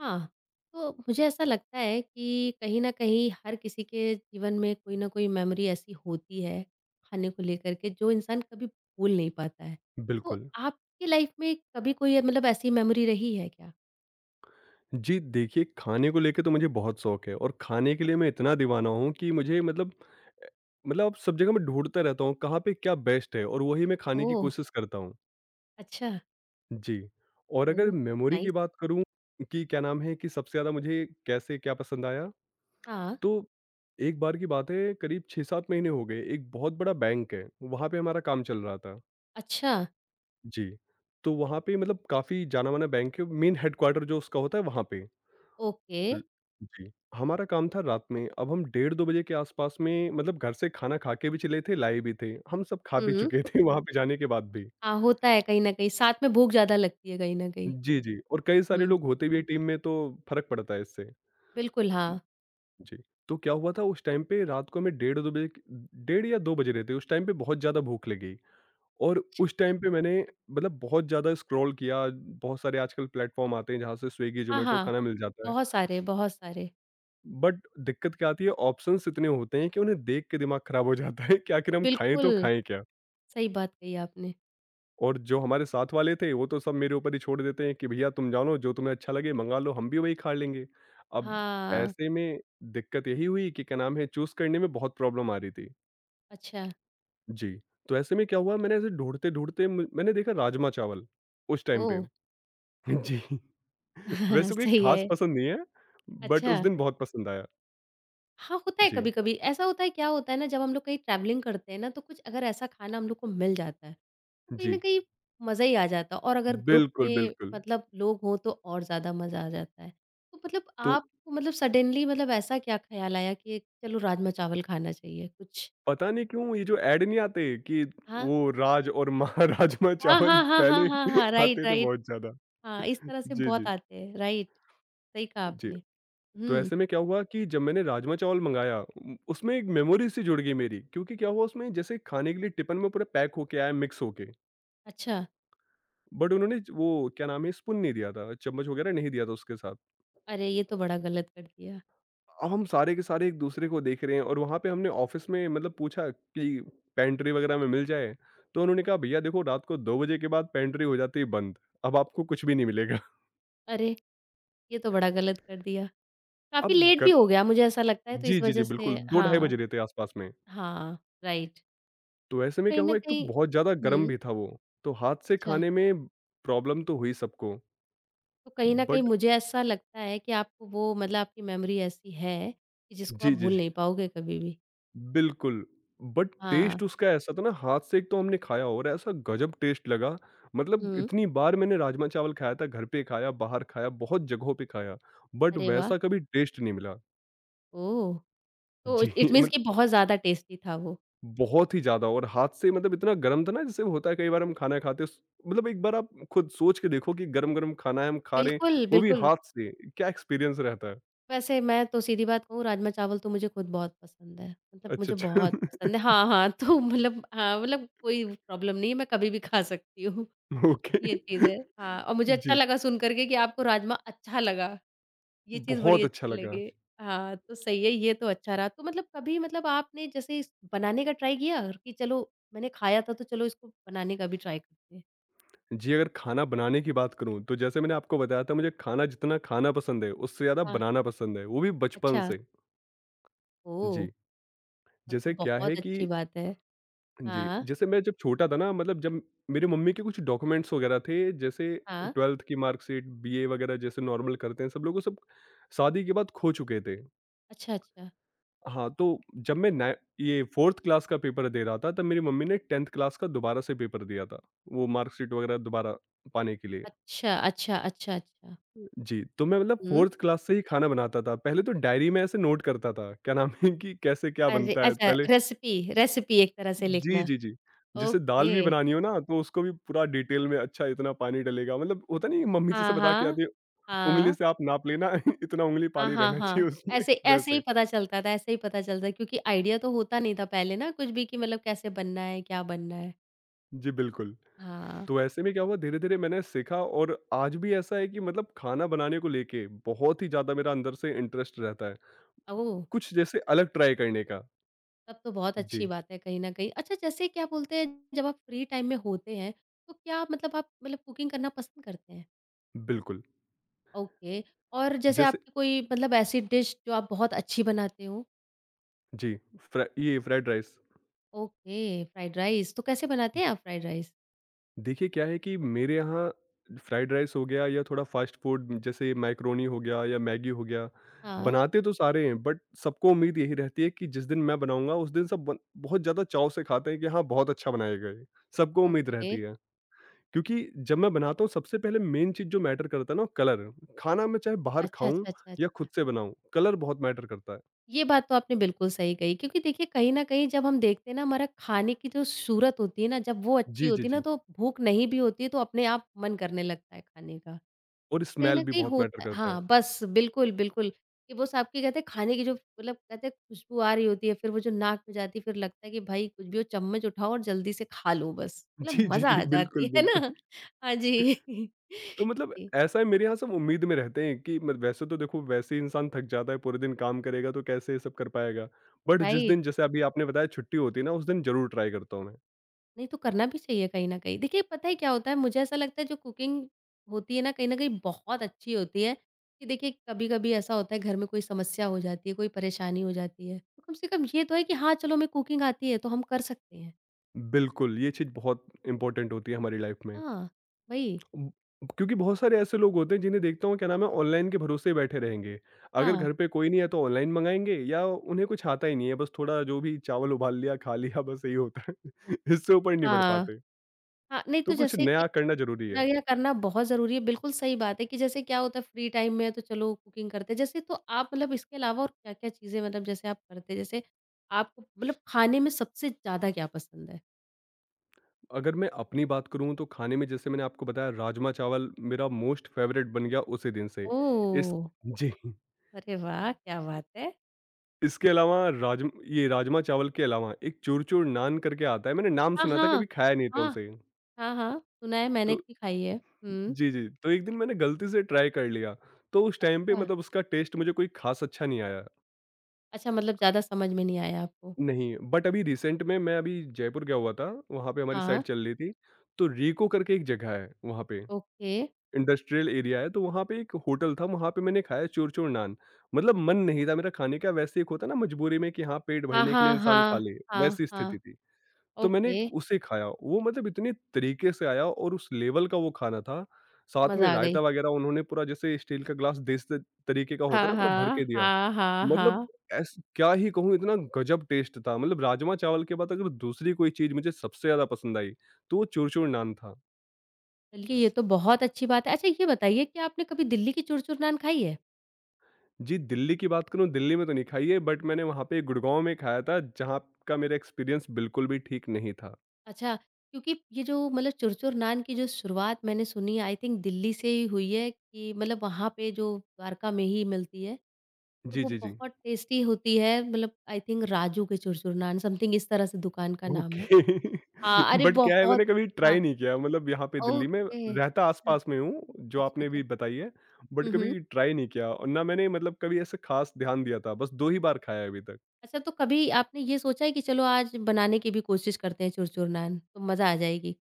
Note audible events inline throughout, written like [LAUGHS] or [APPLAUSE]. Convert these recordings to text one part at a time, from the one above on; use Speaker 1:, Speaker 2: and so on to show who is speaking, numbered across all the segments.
Speaker 1: हाँ, तो मुझे ऐसा लगता है कि कहीं न कहीं हर किसी के जीवन में कोई न कोई मेमोरी ऐसी होती है, खाने को लेकर के जो इंसान कभी भूल नहीं पाता है। तो
Speaker 2: बिल्कुल।
Speaker 1: आपकी लाइफ़ में कभी कोई मतलब ऐसी मेमोरी रही है क्या?
Speaker 2: जी, देखिए खाने को लेके तो मुझे बहुत शौक है और खाने के लिए मैं इतना दीवाना हूँ कि मुझे मतलब अ, मतलब अब सब जगह मैं ढूँढता रहता हूँ कहाँ पे क्या बेस्ट है और वही मैं खाने की
Speaker 1: ओह!
Speaker 2: कोशिश करता हूँ।
Speaker 1: अच्छा।
Speaker 2: जी, और अगर
Speaker 1: ओह!
Speaker 2: मेमोरी की
Speaker 1: नाइस।
Speaker 2: बात करूँ कि क्या नाम है कि सबसे ज़्यादा मुझे कैसे क्या पसंद आया?
Speaker 1: हाँ,
Speaker 2: तो एक बार की बात है, करीब 6-7 महीने हो गए, एक बहुत बड़ा बैंक है, वहाँ पे हमारा काम चल रहा था।
Speaker 1: अच्छा,
Speaker 2: जी, तो वहाँ पे मतलब काफ़ी जाना-माना बैंक है, मेन हेडक्वार्टर जो उसका होता है वहाँ पे।
Speaker 1: ओके।
Speaker 2: हुँ, जी। हमारा काम था रात में, अब हम डेढ़ 2 बजे के आस-पास में मतलब घर से खाना खा के भी चले थे, लाए भी थे। हम सब खा भी
Speaker 1: हुँ।
Speaker 2: चुके थे वहाँ पे जाने के बाद भी।
Speaker 1: हाँ, होता है कहीं न कहीं, साथ में भूख ज़्यादा लगती है कहीं न कहीं।
Speaker 2: जी, जी। और कई सारे
Speaker 1: हुँ,
Speaker 2: लोग होते भी हैं टीम में, तो फ़र्क पड़ता है इससे।
Speaker 1: बिल्कुल हाँ,
Speaker 2: जी, तो क्या हुआ था उस टाइम पे रात को हमें डेढ़ या 2 बजे रहे थे, उस टाइम पे बहुत ज़्यादा भूख लगी और
Speaker 1: अच्छा।
Speaker 2: उस टाइम पे मैंने मतलब बहुत ज़्यादा स्क्रॉल किया, बहुत सारे आजकल प्लेटफ़ॉर्म आते हैं जहाँ से स्विगी,
Speaker 1: हाँ,
Speaker 2: ज़ोमैटो
Speaker 1: हाँ,
Speaker 2: खाना मिल जाता है।
Speaker 1: बहुत सारे, बहुत सारे।
Speaker 2: बट दिक्कत क्या आती है, ऑप्शंस इतने होते हैं कि उन्हें देख के दिमाग खराब हो जाता है कि आखिर हम खाएं
Speaker 1: बिल्कुल,
Speaker 2: तो खाएं क्या।
Speaker 1: सही बात कही आपने।
Speaker 2: और जो हमारे साथ वाले थे वो तो सब मेरे ऊपर ही छोड़ देते हैं कि भैया तुम जानो, जो तुम्हें अच्छा लगे मंगा लो, हम भी वही खा लेंगे। अब
Speaker 1: हाँ।
Speaker 2: ऐसे में दिक्कत यही हुई कि क्या नाम है, चूज करने में बहुत प्रॉब्लम आ रही थी।
Speaker 1: अच्छा,
Speaker 2: जी, तो ऐसे में क्या हुआ, मैंने ऐसे ढूंढते ढूंढते मैंने देखा राजमा चावल उस टाइम
Speaker 1: ओह!
Speaker 2: पे। [LAUGHS] जी। वैसे
Speaker 1: [LAUGHS]
Speaker 2: कोई
Speaker 1: सही
Speaker 2: खास
Speaker 1: है।
Speaker 2: पसंद नहीं है, बट
Speaker 1: अच्छा,
Speaker 2: उस दिन बहुत पसंद आया।
Speaker 1: हाँ, होता है
Speaker 2: जी,
Speaker 1: कभी-कभी। ऐसा होता है क्या होता है ना जब हम लोग कहीं ट्रैवलिंग करते हैं ना तो कुछ अगर ऐसा खाना हम लोग को मिल जाता है, तो कहीं न
Speaker 2: जी।
Speaker 1: कहीं मज़ा ही आ जाता है और अगर ग्रुप
Speaker 2: बिल्कुल,
Speaker 1: में
Speaker 2: बिल्कुल।
Speaker 1: मतलब लोग हों तो और ज़्यादा मज़ा आ जाता है। तो मतलब
Speaker 2: तो
Speaker 1: आपको मतलब सडनली मतलब ऐसा क्या ख़्याल आया कि चलो राजमा-चावल खाना चाहिए कुछ?
Speaker 2: पता नहीं क्यों ये जो ऐड नहीं आते कि
Speaker 1: हाँ।
Speaker 2: वो राज और मां [LAUGHS] राजमा
Speaker 1: हाँ,
Speaker 2: चावल
Speaker 1: हाँ, हाँ, हाँ,
Speaker 2: पहले
Speaker 1: हाँ, हाँ।
Speaker 2: [LAUGHS]
Speaker 1: राइट,
Speaker 2: आते थे
Speaker 1: राइट।
Speaker 2: बहुत ज़्यादा।
Speaker 1: हाँ, इस तरह से
Speaker 2: जी,
Speaker 1: बहुत
Speaker 2: जी।
Speaker 1: आते हैं। राइट, सही कहा
Speaker 2: जी,
Speaker 1: आपने।
Speaker 2: तो
Speaker 1: हुँ,
Speaker 2: ऐसे में क्या हुआ कि जब मैंने राजमा चावल मँगाया, उ उसमें एक मेमोरी सी जुड़ गई मेरी, क्योंकि क्या हुआ उसमें जैसे खाने के लिए टिफ़िन में पूरा पैक होके आया मिक्स होके,
Speaker 1: अच्छा।
Speaker 2: बट उन्होंने वो क्या नाम है, स्पून नहीं दिया था, चम्मच वगैरह नहीं दिया था उसके साथ।
Speaker 1: अरे! ये तो बड़ा गलत कर दिया।
Speaker 2: हम सारे के सारे एक दूसरे को देख रहे हैं, और वहाँ पे हमने ऑफिस में मतलब पूछा कि पेंट्री वगैरह में मिल जाए। तो उन्होंने कहा भैया देखो, रात को 2 बजे के बाद पेंट्री हो जाती है बंद, अब आपको कुछ भी नहीं मिलेगा।
Speaker 1: अरे! ये तो बड़ा गलत कर दिया।
Speaker 2: [LAUGHS]
Speaker 1: काफ़ी
Speaker 2: अब
Speaker 1: लेट भी
Speaker 2: गर
Speaker 1: हो गया मुझे ऐसा लगता है तो इस
Speaker 2: जी, जी,
Speaker 1: वज़ह
Speaker 2: जी।
Speaker 1: से
Speaker 2: बिल्कुल, दो ढाई
Speaker 1: हाँ,
Speaker 2: बज रहे थे आसपास में।
Speaker 1: हाँ, राइट।
Speaker 2: तो ऐसे में
Speaker 1: कहीं
Speaker 2: क्या
Speaker 1: न
Speaker 2: हुआ, एक तो
Speaker 1: कहीं
Speaker 2: बहुत ज्यादा गर्म
Speaker 1: हुँ,
Speaker 2: भी था वो, तो हाथ से
Speaker 1: अच्छा।
Speaker 2: खाने में प्रॉब्लम तो हुई सबको।
Speaker 1: तो कहीं न कहीं
Speaker 2: बट
Speaker 1: मुझे ऐसा लगता है कि आपको वो मतलब आपकी मेमोरी ऐसी है कि जिसको आप
Speaker 2: जी, जी,
Speaker 1: भूल
Speaker 2: जी।
Speaker 1: नहीं पाओगे कभी भी।
Speaker 2: बिल्कुल, बट
Speaker 1: हाँ,
Speaker 2: टेस्ट उसका ऐसा था ना, हाथ से एक तो हमने खाया और ऐसा गजब टेस्ट लगा, मतलब
Speaker 1: हुँ।
Speaker 2: इतनी बार मैंने राजमा चावल खाया था, घर पे खाया, बाहर खाया, बहुत जगहों पे खाया, बट
Speaker 1: अरे वाह!
Speaker 2: वैसा कभी टेस्ट नहीं मिला।
Speaker 1: ओह! तो
Speaker 2: जी,
Speaker 1: इट
Speaker 2: [LAUGHS]
Speaker 1: मीन्स
Speaker 2: मतलब
Speaker 1: कि बहुत ज़्यादा टेस्टी था वो।
Speaker 2: बहुत ही ज़्यादा। और हाथ से मतलब इतना गरम था ना, जैसे होता है कई बार हम खाना खाते हैं स मतलब एक बार आप खुद सोच के देखो कि गरम-गरम खाना है हम खा रहे हैं,
Speaker 1: बिल्कुल,
Speaker 2: वो भी
Speaker 1: बिल्कुल।
Speaker 2: हाथ से, क्या एक्सपीरियंस रहता है।
Speaker 1: वैसे मैं तो सीधी बात कहूँ राजमा-चावल तो मुझे खुद बहुत पसंद है। मतलब
Speaker 2: अच्छा,
Speaker 1: मुझे बहुत
Speaker 2: अच्छा।
Speaker 1: पसंद है हाँ, हाँ, तो मतलब हाँ, मतलब कोई प्रॉब्लम नहीं है, मैं कभी भी खा सकती हूँ।
Speaker 2: [LAUGHS]
Speaker 1: [LAUGHS]
Speaker 2: ओके।
Speaker 1: ये चीज़ है हाँ, और
Speaker 2: [LAUGHS]
Speaker 1: मुझे अच्छा
Speaker 2: जी,
Speaker 1: लगा सुन कर के कि आपको राजमा अच्छा लगा, ये चीज़ बड़ी
Speaker 2: बहुत अच्छा
Speaker 1: अच्छी
Speaker 2: लगा।
Speaker 1: लगी। हाँ, तो सही है, ये तो अच्छा रहा। तो मतलब कभी मतलब आपने जैसे इस बनाने का ट्राई किया कि चलो मैंने खाया था तो चलो इसको बनाने का भी ट्राई करते हैं?
Speaker 2: जी, अगर खाना बनाने की बात करूँ, तो जैसे मैंने आपको बताया था, मुझे खाना जितना खाना पसंद है, उससे ज़्यादा
Speaker 1: हाँ,
Speaker 2: बनाना पसंद है, वो भी बचपन
Speaker 1: अच्छा।
Speaker 2: से।
Speaker 1: ओह!
Speaker 2: जी,
Speaker 1: तब तो
Speaker 2: जैसे क्या है
Speaker 1: बहुत
Speaker 2: कि
Speaker 1: अच्छी बात है।
Speaker 2: जी,
Speaker 1: हाँ,
Speaker 2: जैसे मैं जब छोटा था ना, मतलब जब मेरी मम्मी के कुछ डॉक्यूमेंट्स वगैरह थे, जैसे
Speaker 1: हाँ।
Speaker 2: 12th की मार्कशीट, बीए वगैरह जैसे नॉर्मल करते हैं सब लोग, वो सब शादी के बाद खो चुके थे।
Speaker 1: अच्छा, अच्छा।
Speaker 2: हाँ, तो जब मैं नाइ ये 4th क्लास का पेपर दे रहा था, तब मेरी मम्मी ने 10th क्लास का दोबारा से पेपर दिया था, वो मार्कशीट वगैरह दोबारा पाने के लिए।
Speaker 1: अच्छा, अच्छा, अच्छा, अच्छा।
Speaker 2: जी, तो मैं मतलब
Speaker 1: हुँ।
Speaker 2: 4th क्लास से ही खाना बनाता था। पहले तो डायरी में ऐसे नोट करता था, क्या नाम है कि कैसे क्या
Speaker 1: अरे
Speaker 2: बनता है
Speaker 1: अच्छा
Speaker 2: पहले।
Speaker 1: रेसिपी रेसिपी एक तरह से
Speaker 2: जी,
Speaker 1: लिखना।
Speaker 2: जी, जी। जैसे दाल
Speaker 1: ओके।
Speaker 2: भी बनानी हो ना, तो उसको भी पूरा डिटेल में, अच्छा इतना पानी डलेगा, मतलब होता नहीं है मम्मी जैसे
Speaker 1: हाँ,
Speaker 2: बता के
Speaker 1: हाँ।
Speaker 2: आती है, उंगली
Speaker 1: हाँ।
Speaker 2: से आप नाप लेना [LAUGHS] इतना उंगली
Speaker 1: हाँ,
Speaker 2: पानी
Speaker 1: हाँ,
Speaker 2: रहना
Speaker 1: हाँ।
Speaker 2: चाहिए उसमें,
Speaker 1: ऐसे ऐसे ही
Speaker 2: वैसे।
Speaker 1: पता चलता था क्योंकि आइडिया तो होता नहीं था पहले ना कुछ भी कि मतलब कैसे बनना है, क्या बनना है।
Speaker 2: जी, बिल्कुल।
Speaker 1: हाँ।
Speaker 2: तो ऐसे में क्या हुआ, धीरे-धीरे मैंने सीखा और आज भी ऐसा है कि मतलब खाना बनाने को लेके बहुत ही ज़्यादा मेरा अंदर से इंटरेस्ट रहता है,
Speaker 1: ओह!
Speaker 2: कुछ जैसे अलग ट्राई करने का।
Speaker 1: तब तो बहुत अच्छी
Speaker 2: जी,
Speaker 1: बात है कहीं न कहीं। अच्छा जैसे क्या बोलते हैं जब आप फ्री टाइम में होते हैं, तो क्या मतलब आप मतलब कुकिंग करना पसंद करते हैं?
Speaker 2: बिल्कुल।
Speaker 1: ओके। और जैसे
Speaker 2: जैसे
Speaker 1: आपकी कोई मतलब ऐसी डिश जो आप बहुत अच्छी बनाते हो?
Speaker 2: जी, फ्रा ये fried rice.
Speaker 1: Okay, fried rice. तो कैसे बनाते हैं आप फ्राइड राइस?
Speaker 2: देखिए क्या है कि मेरे यहाँ फ्राइड राइस हो गया या थोड़ा फ़ास्ट फ़ूड जैसे मैकरोनी हो गया या मैगी हो गया,
Speaker 1: हाँ,
Speaker 2: बनाते तो सारे हैं, बट सबको उम्मीद यही रहती है कि जिस दिन मैं बनाऊँगा उस दिन सब बन बहुत ज़्यादा चाव से खाते हैं कि हाँ, बहुत अच्छा बनाएगा ये। सबको उम्मीद
Speaker 1: ओके।
Speaker 2: रहती है। क्योंकि जब मैं बनाता हूँ, सबसे पहले मेन चीज़ जो मैटर करता है ना, वो कलर। खाना मैं चाहे बाहर
Speaker 1: अच्छा,
Speaker 2: खाऊँ
Speaker 1: अच्छा, अच्छा,
Speaker 2: या
Speaker 1: अच्छा।
Speaker 2: खुद से बनाऊँ, कलर बहुत मैटर करता है।
Speaker 1: ये बात तो आपने बिल्कुल सही कही क्योंकि देखिए कहीं न कहीं जब हम देखते हैं ना हमारा खाने की जो सूरत होती है ना, जब वो अच्छी
Speaker 2: जी, जी,
Speaker 1: होती है ना
Speaker 2: जी।
Speaker 1: तो भूख नहीं भी होती है तो अपने आप मन करने लगता है खाने का।
Speaker 2: और
Speaker 1: कहीं
Speaker 2: स्मेल
Speaker 1: न
Speaker 2: भी
Speaker 1: कहीं
Speaker 2: बहुत मैटर
Speaker 1: होता है
Speaker 2: करता है।
Speaker 1: हाँ, बस बिल्कुल, बिल्कुल, कि वो साहब की कहते हैं खाने की जो मतलब कहते हैं खुशबू आ रही होती है, फिर वो जो नाक में जाती है, फिर लगता है कि भाई कुछ भी हो चम्मच उठाओ और जल्दी से खा लो बस,
Speaker 2: [LAUGHS] जी,
Speaker 1: मतलब
Speaker 2: जी,
Speaker 1: मज़ा
Speaker 2: जी।
Speaker 1: आ
Speaker 2: बिल्कुल,
Speaker 1: जाती है
Speaker 2: बिल्कुल।
Speaker 1: ना? हाँ जी।
Speaker 2: तो
Speaker 1: [LAUGHS]
Speaker 2: मतलब
Speaker 1: जी,
Speaker 2: ऐसा है, मेरे यहाँ सब उम्मीद में रहते हैं कि मत वैसे तो देखो वैसे ही इंसान थक जाता है, पूरे दिन काम करेगा तो कैसे ये सब कर पाएगा, बट जिस
Speaker 1: राइट।
Speaker 2: दिन जैसे अभी आपने बताया छुट्टी होती है ना, उस दिन जरूर ट्राई करता हूँ मैं।
Speaker 1: नहीं तो करना भी चाहिए कहीं न कहीं। देखिए पता है क्या होता है, मुझे ऐसा लगता है जो कुकिंग होती है ना, कहीं न कहीं बहुत अच्छी होती है, कि देखिए कभी-कभी ऐसा होता है घर में कोई समस्या हो जाती है, कोई परेशानी हो जाती है, तो कम से कम ये तो है कि हाँ, चलो हमें कुकिंग आती है तो हम कर सकते हैं।
Speaker 2: बिल्कुल, ये चीज़ बहुत इंपॉर्टेंट होती है हमारी लाइफ में,
Speaker 1: हाँ, वही।
Speaker 2: ब- क्योंकि बहुत सारे ऐसे लोग होते हैं जिन्हें देखता हूँ, क्या नाम है, ऑनलाइन के भरोसे ही बैठे रहेंगे, अगर
Speaker 1: हाँ,
Speaker 2: घर पे कोई नहीं है तो ऑनलाइन मंगाएंगे, या उन्हें कुछ आता ही नहीं है, बस थोड़ा जो भी चावल उबाल लिया खा लिया, बस यही होता है [LAUGHS] इससे ऊपर नहीं बढ़
Speaker 1: हाँ,
Speaker 2: पाते।
Speaker 1: हाँ, नहीं
Speaker 2: तो
Speaker 1: तो
Speaker 2: कुछ
Speaker 1: जैसे कि
Speaker 2: नया करना जरूरी
Speaker 1: इतना
Speaker 2: है।
Speaker 1: यह करना बहुत ज़रूरी है, बिल्कुल सही बात है कि जैसे क्या होता है फ्री टाइम में है तो चलो कुकिंग करते हैं। जैसे तो आप मतलब इसके अलावा और क्या-क्या चीज़ें मतलब जैसे आप करते हैं? जैसे आपको मतलब खाने में सबसे ज़्यादा क्या पसंद है?
Speaker 2: अगर मैं अपनी बात करूँ तो खाने में जैसे मैंने आपको बताया, राजमा-चावल मेरा मोस्ट फेवरेट बन गया उसी दिन से। इस
Speaker 1: ओह!
Speaker 2: जी,
Speaker 1: अरे वाह! क्या बात है।
Speaker 2: इसके अलावा राज ये राजमा-चावल के अलावा एक चूर-चूर नान करके आता है, मैंने नाम
Speaker 1: हाँ,
Speaker 2: सुना था,
Speaker 1: हाँ।
Speaker 2: कभी खाया नहीं था
Speaker 1: हाँ,
Speaker 2: उसे।
Speaker 1: हाँ, हाँ, सुना है मैंने
Speaker 2: तो
Speaker 1: भी खाई है। हुँ,
Speaker 2: जी, जी, तो एक दिन मैंने गलती से ट्राई कर लिया, तो उस टाइम पे
Speaker 1: अच्छा,
Speaker 2: मतलब उसका टेस्ट मुझे कोई ख़ास अच्छा नहीं आया।
Speaker 1: अच्छा मतलब ज़्यादा समझ में नहीं आया आपको।
Speaker 2: नहीं, बट अभी रिसेंट में मैं अभी जयपुर गया हुआ था, वहाँ पे हमारी
Speaker 1: हाँ,
Speaker 2: साइड चल रही थी, तो रीको करके एक जगह है वहाँ पे।
Speaker 1: ओके।
Speaker 2: इंडस्ट्रियल एरिया है, तो वहाँ पे एक होटल था, वहाँ पे मैंने खाया चूर-चूर नान। मतलब मन नहीं था मेरा खाने का, वैसे एक होता है ना मजबूरी में कि हाँ, पेट
Speaker 1: हाँ,
Speaker 2: भरने के लिए
Speaker 1: हाँ,
Speaker 2: इंसान खा
Speaker 1: हाँ,
Speaker 2: ले,
Speaker 1: हाँ,
Speaker 2: वैसी
Speaker 1: हाँ,
Speaker 2: स्थिति थी। तो मैंने
Speaker 1: ओके।
Speaker 2: उसे खाया, वो मतलब इतने तरीके से आया और उस लेवल का वो खाना था, साथ में
Speaker 1: मज़ा आ गई।
Speaker 2: रायता वगैरह उन्होंने पूरा जैसे स्टील का ग्लास देस त तरीके का होता है
Speaker 1: हाँ,
Speaker 2: ना, पूरा भर
Speaker 1: हाँ।
Speaker 2: के दिया।
Speaker 1: हाँ, हाँ,
Speaker 2: मतलब
Speaker 1: हाँ।
Speaker 2: ऐस क्या ही कहूँ, इतना गजब टेस्ट था, मतलब राजमा चावल के बाद अगर दूसरी कोई चीज़ मुझे सबसे ज़्यादा पसंद आई, तो वो चूर-चूर नान था।
Speaker 1: चलिए ये तो बहुत अच्छी बात है। अच्छा ये बताइए कि आपने कभी दिल्ली की चुर-चुर नान खाई है?
Speaker 2: जी, दिल्ली की बात करूँ, दिल्ली में तो नहीं खाई है, बट मैंने वहाँ पे गुड़गाँव में खाया था, जहाँ का मेरा एक्सपीरियंस बिल्कुल भी ठीक नहीं था।
Speaker 1: अच्छा, क्योंकि ये जो मतलब चुर-चुर नान की जो शुरुआत मैंने सुनी आई थिंक दिल्ली से ही हुई है कि मतलब वहाँ पे जो द्वारका में ही मिलती है, तो
Speaker 2: जी,
Speaker 1: वो
Speaker 2: जी, जी।
Speaker 1: बहुत टेस्टी होती है मतलब आई थिंक राजू के चुर-चुर नान समथिंग इस तरह से दुकान का नाम
Speaker 2: ओके।
Speaker 1: है। हाँ,
Speaker 2: [LAUGHS]
Speaker 1: अरे
Speaker 2: बट क्या है,
Speaker 1: बहुत
Speaker 2: मैंने कभी
Speaker 1: हाँ,
Speaker 2: ट्राई नहीं किया, मतलब यहाँ पे दिल्ली में
Speaker 1: ओके।
Speaker 2: रहता
Speaker 1: अच्छा,
Speaker 2: आस-पास में हूँ, जो
Speaker 1: अच्छा,
Speaker 2: आपने
Speaker 1: अच्छा।
Speaker 2: अभी बताई है, बट
Speaker 1: हुँ, हुँ।
Speaker 2: कभी ट्राई नहीं किया और ना मैंने मतलब कभी ऐसे ख़ास ध्यान दिया था, बस 2 ही बार खाया है अभी तक।
Speaker 1: अच्छा, तो कभी आपने ये सोचा है कि चलो आज बनाने की भी कोशिश करते हैं चुरचुर नान, तो मज़ा आ जाएगी?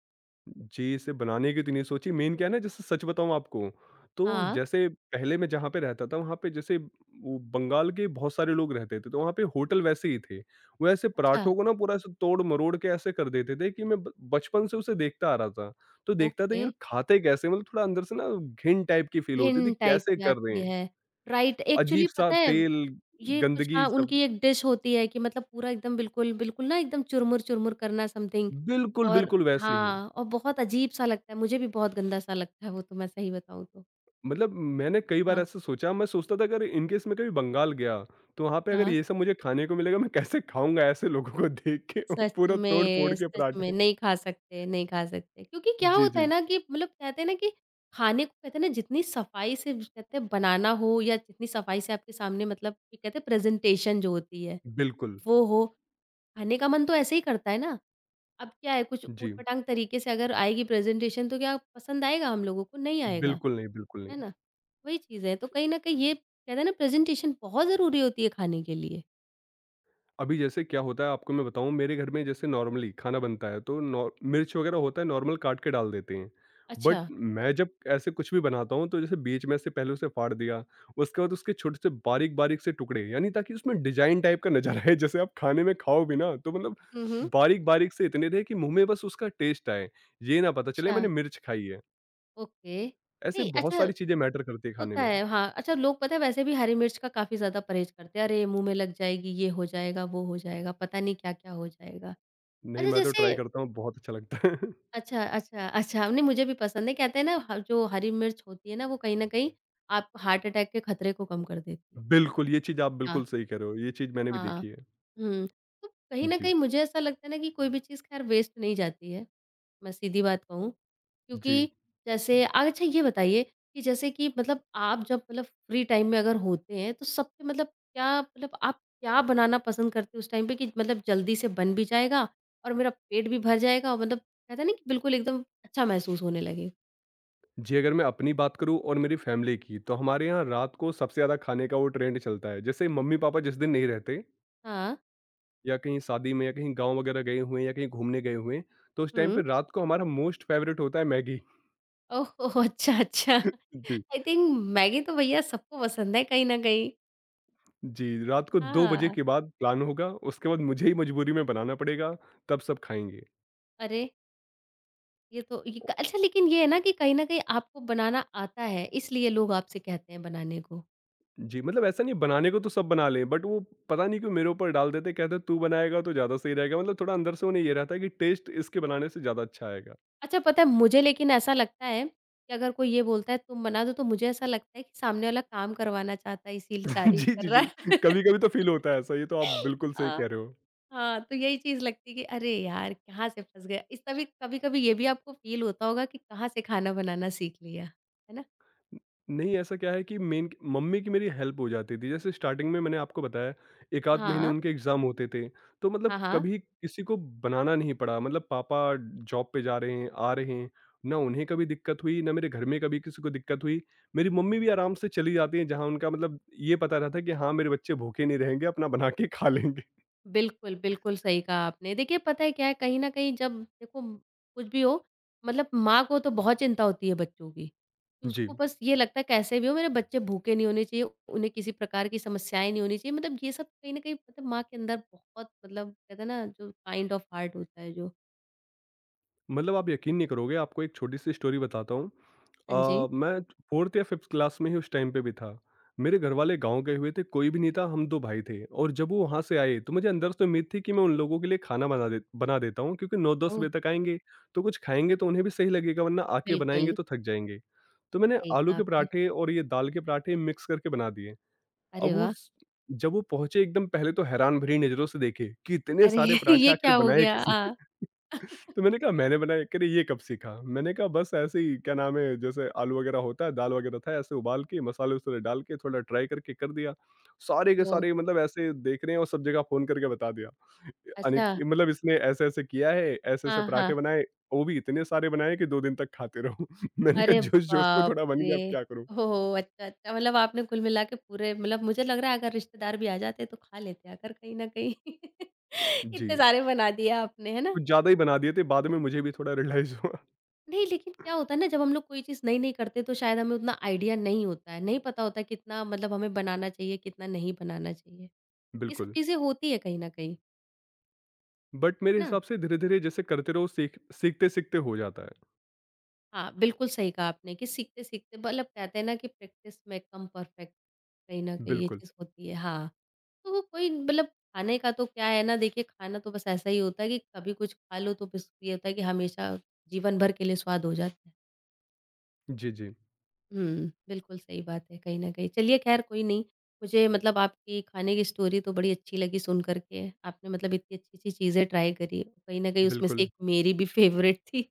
Speaker 2: जी, इसे बनाने की तो नहीं सोची, मेन क्या है ना, जैसे सच बताऊँ आपको, तो
Speaker 1: हाँ,
Speaker 2: जैसे पहले मैं जहाँ पे रहता था वहाँ पे जैसे वो बंगाल के बहुत सारे लोग रहते थे, तो वहाँ पे होटल वैसे ही थे। वो ऐसे
Speaker 1: अच्छा,
Speaker 2: पराठों को ना पूरा ऐसे तोड़-मरोड़ के ऐसे कर देते थे कि मैं ब बचपन से उसे देखता आ रहा था। तो देखता था
Speaker 1: ओके,
Speaker 2: यार खाते कैसे? मतलब थोड़ा अंदर से ना घिन टाइप की फील होती थी,
Speaker 1: हिंड टाइप
Speaker 2: कैसे
Speaker 1: की
Speaker 2: कर रहे
Speaker 1: आती
Speaker 2: हैं?
Speaker 1: है, राइट एक्चुअली
Speaker 2: अजीब-सा
Speaker 1: पता है,
Speaker 2: तेल,
Speaker 1: ये कुछ
Speaker 2: गंदगी
Speaker 1: हाँ,
Speaker 2: सब
Speaker 1: उनकी एक डिश होती है कि मतलब पूरा एकदम बिल्कुल, बिल्कुल ना एकदम चुरमुर-चुरमुर करना समथिंग
Speaker 2: बिल्कुल,
Speaker 1: और
Speaker 2: बिल्कुल वैसे ही।
Speaker 1: हाँ, और बहुत अजीब-सा लगता है, मुझे भी बहुत गंदा-सा लगता है वो तो मैं सही बताऊँ तो।
Speaker 2: मतलब मैंने कई बार
Speaker 1: हाँ,
Speaker 2: ऐसा सोचा, मैं सोचता था अगर इन केस मैं कभी बंगाल गया तो वहाँ पे अगर
Speaker 1: हाँ।
Speaker 2: ये सब मुझे खाने को मिलेगा, मैं कैसे खाऊंगा ऐसे लोगों को देख के [LAUGHS] पूरा तोड़ फोड़ के
Speaker 1: सच में
Speaker 2: पराठे।
Speaker 1: नहीं खा सकते, नहीं खा सकते। क्योंकि क्या
Speaker 2: जी
Speaker 1: होता है
Speaker 2: जी,
Speaker 1: ना कि मतलब कहते हैं ना कि खाने को कहते हैं ना जितनी सफाई से कहते हैं बनाना हो या जितनी सफाई से आपके सामने मतलब कि कहते हैं प्रेज़ेंटेशन जो होती है,
Speaker 2: बिल्कुल।
Speaker 1: वो हो, खाने का मन तो ऐसे ही करता है ना। अब क्या है कुछ
Speaker 2: जी,
Speaker 1: ऊट-पटांग तरीके से अगर आएगी प्रेज़ेंटेशन तो क्या पसंद आएगा हम लोगों को? नहीं आएगा,
Speaker 2: बिल्कुल नहीं, बिल्कुल नहीं।
Speaker 1: है ना? वही चीज़ है, तो कहीं न कहीं ये कहते हैं ना प्रेज़ेंटेशन बहुत ज़रूरी होती है खाने के लिए।
Speaker 2: अभी जैसे क्या होता है, आपको मैं बताऊँ। मेरे घर में जैसे नॉर्मली खाना बनता है तो नॉर मिर्च वगैरह होता है, नॉर्मल काट के डाल देते हैं। बट
Speaker 1: अच्छा।
Speaker 2: मैं जब ऐसे कुछ भी बनाता हूँ तो जैसे बीच में से पहले उसे फाड़ दिया, उसके बाद उसके छोटे से बारीक-बारीक से टुकड़े, यानी ताकि उसमें डिज़ाइन टाइप का नज़र आए, जैसे आप खाने में खाओ भी ना तो मतलब
Speaker 1: हुँ, हुँ।
Speaker 2: बारीक-बारीक से इतने रहे कि मुँह में बस उसका टेस्ट आए, ये ना पता चले
Speaker 1: अच्छा,
Speaker 2: मैंने मिर्च खाई है।
Speaker 1: ओके।
Speaker 2: ऐसे
Speaker 1: नहीं
Speaker 2: बहुत
Speaker 1: अच्छा
Speaker 2: सारी चीज़ें मैटर करती है खाने
Speaker 1: होता
Speaker 2: में।
Speaker 1: है, हाँ। अच्छा लोग पता है वैसे भी हरी मिर्च का काफ़ी ज़्यादा परहेज़ करते हैं। अरे मुँह में लग जाएगी, ये हो जाएगा, वो हो जाएगा, पता नहीं क्या-क्या हो जाएगा।
Speaker 2: नहीं,
Speaker 1: अच्छा
Speaker 2: मैं तो
Speaker 1: जैसे
Speaker 2: ट्राई करता हूँ, बहुत अच्छा लगता है। [LAUGHS]
Speaker 1: अच्छा, अच्छा, अच्छा नहीं मुझे भी पसंद है। कहते हैं ना ह जो हरी मिर्च होती है ना वो कहीं न कहीं आप हार्ट अटैक के खतरे को कम कर देती है।
Speaker 2: बिल्कुल, ये चीज़ आप
Speaker 1: हाँ,
Speaker 2: बिल्कुल सही कह रहे हो, ये चीज़ मैंने भी
Speaker 1: हाँ।
Speaker 2: देखी है।
Speaker 1: हुँ, तो कहीं न
Speaker 2: जी,
Speaker 1: कहीं मुझे ऐसा लगता है ना कि कोई भी चीज़ ख़ैर वेस्ट नहीं जाती है। मैं सीधी बात कहूँ,
Speaker 2: जी।
Speaker 1: क्योंकि जैसे अच्छा ये बताइए कि जैसे कि मतलब आप जब मतलब फ्री टाइम में अगर होते हैं, तो सबसे मतलब क्या मतलब आप क्या बनाना पसंद करते हो उस टाइम पे कि मतलब जल्दी से बन भी जाएगा और मेरा पेट भी भर जाएगा और मतलब कहते हैं ना कि बिल्कुल एकदम अच्छा महसूस होने लगे?
Speaker 2: जी, अगर मैं अपनी बात करूँ और मेरी फैमिली की, तो हमारे यहाँ रात को सबसे ज़्यादा खाने का वो ट्रेंड चलता है। जैसे मम्मी-पापा जिस दिन नहीं रहते
Speaker 1: हाँ।
Speaker 2: या कहीं शादी में या कहीं गाँव वगैरह गए हुए हैं या कहीं घूमने गए हुए हैं, तो उस टाइम पे
Speaker 1: हुँ।
Speaker 2: रात को हमारा मोस्ट फ़ेवरेट होता है मैगी।
Speaker 1: ओह हो, अच्छा, अच्छा।
Speaker 2: [LAUGHS] जी।
Speaker 1: आई थिंक मैगी तो भैया सबको पसंद है कहीं न कहीं।
Speaker 2: जी, रात को 2 बजे
Speaker 1: हाँ।
Speaker 2: के बाद प्लान होगा, उसके बाद मुझे ही मजबूरी में बनाना पड़ेगा, तब सब खाएँगे।
Speaker 1: अरे! ये तो ये
Speaker 2: ओ
Speaker 1: क अच्छा लेकिन ये है ना कि कहीं न कहीं आपको बनाना आता है, इसलिए लोग आपसे कहते हैं बनाने को।
Speaker 2: जी, मतलब ऐसा नहीं, बनाने को तो सब बना लें, बट वो पता नहीं क्यों मेरे ऊपर डाल देते हैं, कहते हैं, "तू बनाएगा तो ज़्यादा सही रहेगा।" मतलब थोड़ा अंदर से उन्हें ये रहता है कि टेस्ट इसके बनाने से ज़्यादा अच्छा आएगा।
Speaker 1: अच्छा पता है मुझे लेकिन ऐसा लगता है कि अगर कोई ये बोलता है तुम बना दो तो मुझे ऐसा लगता है कि सामने वाला काम करवाना चाहता है इसीलिए
Speaker 2: [LAUGHS]
Speaker 1: तारीफ़
Speaker 2: जी,
Speaker 1: कर
Speaker 2: जी,
Speaker 1: रहा
Speaker 2: जी।
Speaker 1: है।
Speaker 2: कभी-कभी तो फ़ील होता है ऐसा, ये तो आप
Speaker 1: [LAUGHS]
Speaker 2: बिल्कुल सही
Speaker 1: अ,
Speaker 2: कह रहे हो।
Speaker 1: हाँ, तो यही चीज़ लगती है कि अरे यार! कहाँ से फँस गए। इस तभी कभी-कभी ये भी आपको फ़ील होता होगा कि कहाँ से खाना बनाना सीख लिया, है ना?
Speaker 2: न नहीं, ऐसा क्या है कि मेन मम्मी की मेरी हेल्प हो जाती थी। जैसे स्टार्टिंग में मैंने आपको बताया, 1 आध महीने
Speaker 1: हाँ।
Speaker 2: उनके एग्ज़ाम होते थे, तो मतलब
Speaker 1: हाँ, हाँ।
Speaker 2: कभी किसी को बनाना नहीं पड़ा। मतलब पापा जॉब पे जा रहे हैं, आ रहे हैं, ना उन्हें कभी दिक्कत हुई, ना मेरे घर में कभी किसी को दिक्कत हुई। मेरी मम्मी भी आराम से चली जाती हैं, जहाँ उनका मतलब ये पता रहता है कि हाँ, मेरे बच्चे भूखे नहीं रहेंगे, अपना बना के खा लेंगे। [LAUGHS]
Speaker 1: बिल्कुल, बिल्कुल सही कहा आपने। देखिए पता है क्या है, कहीं न कहीं जब देखो कुछ भी हो मतलब माँ को तो बहुत चिंता होती है बच्चों की।
Speaker 2: जी।
Speaker 1: उसको बस ये लगता है कैसे भी हो मेरे बच्चे भूखे नहीं होने चाहिए, उन्हें किसी प्रकार की समस्याएँ नहीं होनी चाहिए। मतलब ये सब कहीं न कहीं मतलब माँ के अंदर बहुत मतलब कहते हैं ना जो काइंड ऑफ हार्ट होता है जो
Speaker 2: मतलब आप यकीन नहीं करोगे, आपको एक छोटी-सी स्टोरी बताता हूँ।
Speaker 1: हाँ जी।
Speaker 2: मैं 4th या 5th क्लास में ही उस टाइम पे भी था। मेरे घरवाले गाँव गए हुए थे, कोई भी नहीं था, हम 2 भाई थे, और जब वो वहाँ से आए, तो मुझे अंदर से उम्मीद थी कि मैं उन लोगों के लिए खाना बना देता हूँ, क्योंकि 9-10
Speaker 1: ओह!
Speaker 2: बजे तक आएँगे, तो कुछ खाएँगे तो उन्हें भी सही लगेगा, वरना आके बनाएँगे
Speaker 1: बिल्कुल,
Speaker 2: तो थक जाएँगे। तो मैंने
Speaker 1: सही
Speaker 2: आलू
Speaker 1: कहा
Speaker 2: के
Speaker 1: आपने।
Speaker 2: पराठे और ये दाल के पराठे मिक्स करके बना दिए।
Speaker 1: अरे
Speaker 2: अब
Speaker 1: वाह!
Speaker 2: उस जब वो पहुँचे एकदम पहले तो हैरान भरी नज़रों से देखे कि इतने
Speaker 1: अरे
Speaker 2: सारे
Speaker 1: [LAUGHS]
Speaker 2: पराठे
Speaker 1: ये क्या
Speaker 2: आखिर
Speaker 1: हो
Speaker 2: बनाए
Speaker 1: गया?
Speaker 2: किसने? तो मैंने कहा मैंने बनाया, कह रहे ये कब सीखा? मैंने कहा बस ऐसे ही क्या नाम है, जैसे आलू वगैरह होता है, दाल वगैरह था, ऐसे उबाल के मसाले वसाले डाल के थोड़ा ट्राई करके कर दिया। सारे के
Speaker 1: वो
Speaker 2: सारे मतलब ऐसे देख रहे हैं, और सब जगह फ़ोन करके बता दिया। अनिक
Speaker 1: अच्छा।
Speaker 2: मतलब इसने ऐसे-ऐसे किया है, ऐसे-ऐसे
Speaker 1: हाँ,
Speaker 2: पराठे
Speaker 1: हाँ।
Speaker 2: बनाए, वो भी इतने सारे बनाए कि 2 दिन तक खाते रहो। [LAUGHS] मैंने कहा
Speaker 1: अरे
Speaker 2: जोश-जोश में
Speaker 1: बाप
Speaker 2: थोड़ा बन गया, अब
Speaker 1: रे!
Speaker 2: क्या करूँ?
Speaker 1: हो, अच्छा, अच्छा मतलब आपने कुल मिला के पूरे मतलब मुझे लग रहा है अगर रिश्तेदार भी आ जाते तो खा लेते अगर कहीं न कहीं। [LAUGHS]
Speaker 2: जी,
Speaker 1: इतने सारे बना दिए आपने, है ना?
Speaker 2: कुछ ज़्यादा ही बना दिए थे, बाद में मुझे भी थोड़ा रियलाइज़ हुआ।
Speaker 1: नहीं लेकिन क्या होता है ना जब हम लोग कोई चीज़ नई-नई करते तो शायद हमें उतना आइडिया नहीं होता है, नहीं पता होता कितना मतलब हमें बनाना चाहिए, कितना नहीं बनाना चाहिए। ये सब
Speaker 2: बिल्कुल,
Speaker 1: चीज़ें होती है कहीं न कहीं,
Speaker 2: बट मेरे
Speaker 1: है ना?
Speaker 2: हिसाब से धीरे-धीरे जैसे करते रहो, सीखते-सीखते हो जाता है।
Speaker 1: हाँ, बिल्कुल सही कहा आपने कि सीखते-सीखते मतलब कहते हैं ना कि प्रैक्टिस मेक कम परफेक्ट, कहीं न कहीं ये
Speaker 2: बिल्कुल।
Speaker 1: चीज़ होती है। हाँ। तो कोई मतलब खाने का तो क्या है ना देखिए खाना तो बस ऐसा ही होता है कि कभी कुछ खा लो तो बस ये होता है कि हमेशा जीवन भर के लिए स्वाद हो जाता है।
Speaker 2: जी, जी।
Speaker 1: हुँ, बिल्कुल सही बात है कहीं न कहीं। चलिए ख़ैर कोई नहीं, मुझे मतलब आपकी खाने की स्टोरी तो बड़ी अच्छी लगी सुन कर के। आपने मतलब इतनी अच्छी-अच्छी चीज़ें ट्राई करी, कहीं न कहीं उसमें से
Speaker 2: बिल्कुल,
Speaker 1: एक मेरी भी फ़ेवरेट थी।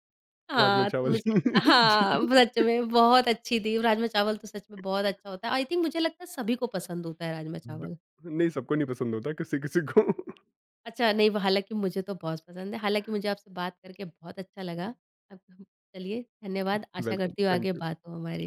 Speaker 2: राजमा
Speaker 1: हाँ, तो
Speaker 2: चावल। [LAUGHS]
Speaker 1: मुझे
Speaker 2: जी।
Speaker 1: हाँ, सच में बहुत अच्छी थी। राजमा चावल तो सच में बहुत अच्छा होता है। आई थिंक मुझे लगता है सभी को पसंद होता है राजमा
Speaker 2: ब
Speaker 1: चावल।
Speaker 2: नहीं, सबको नहीं पसंद होता, किसी-किसी को। [LAUGHS]
Speaker 1: अच्छा, नहीं वो हालाँकि मुझे तो बहुत पसंद है। हालाँकि मुझे आपसे बात करके बहुत अच्छा लगा। अब हम चलिए धन्यवाद, आशा
Speaker 2: वेलकम,
Speaker 1: करती हूँ आगे
Speaker 2: थैंक यू।
Speaker 1: बात हो हमारी।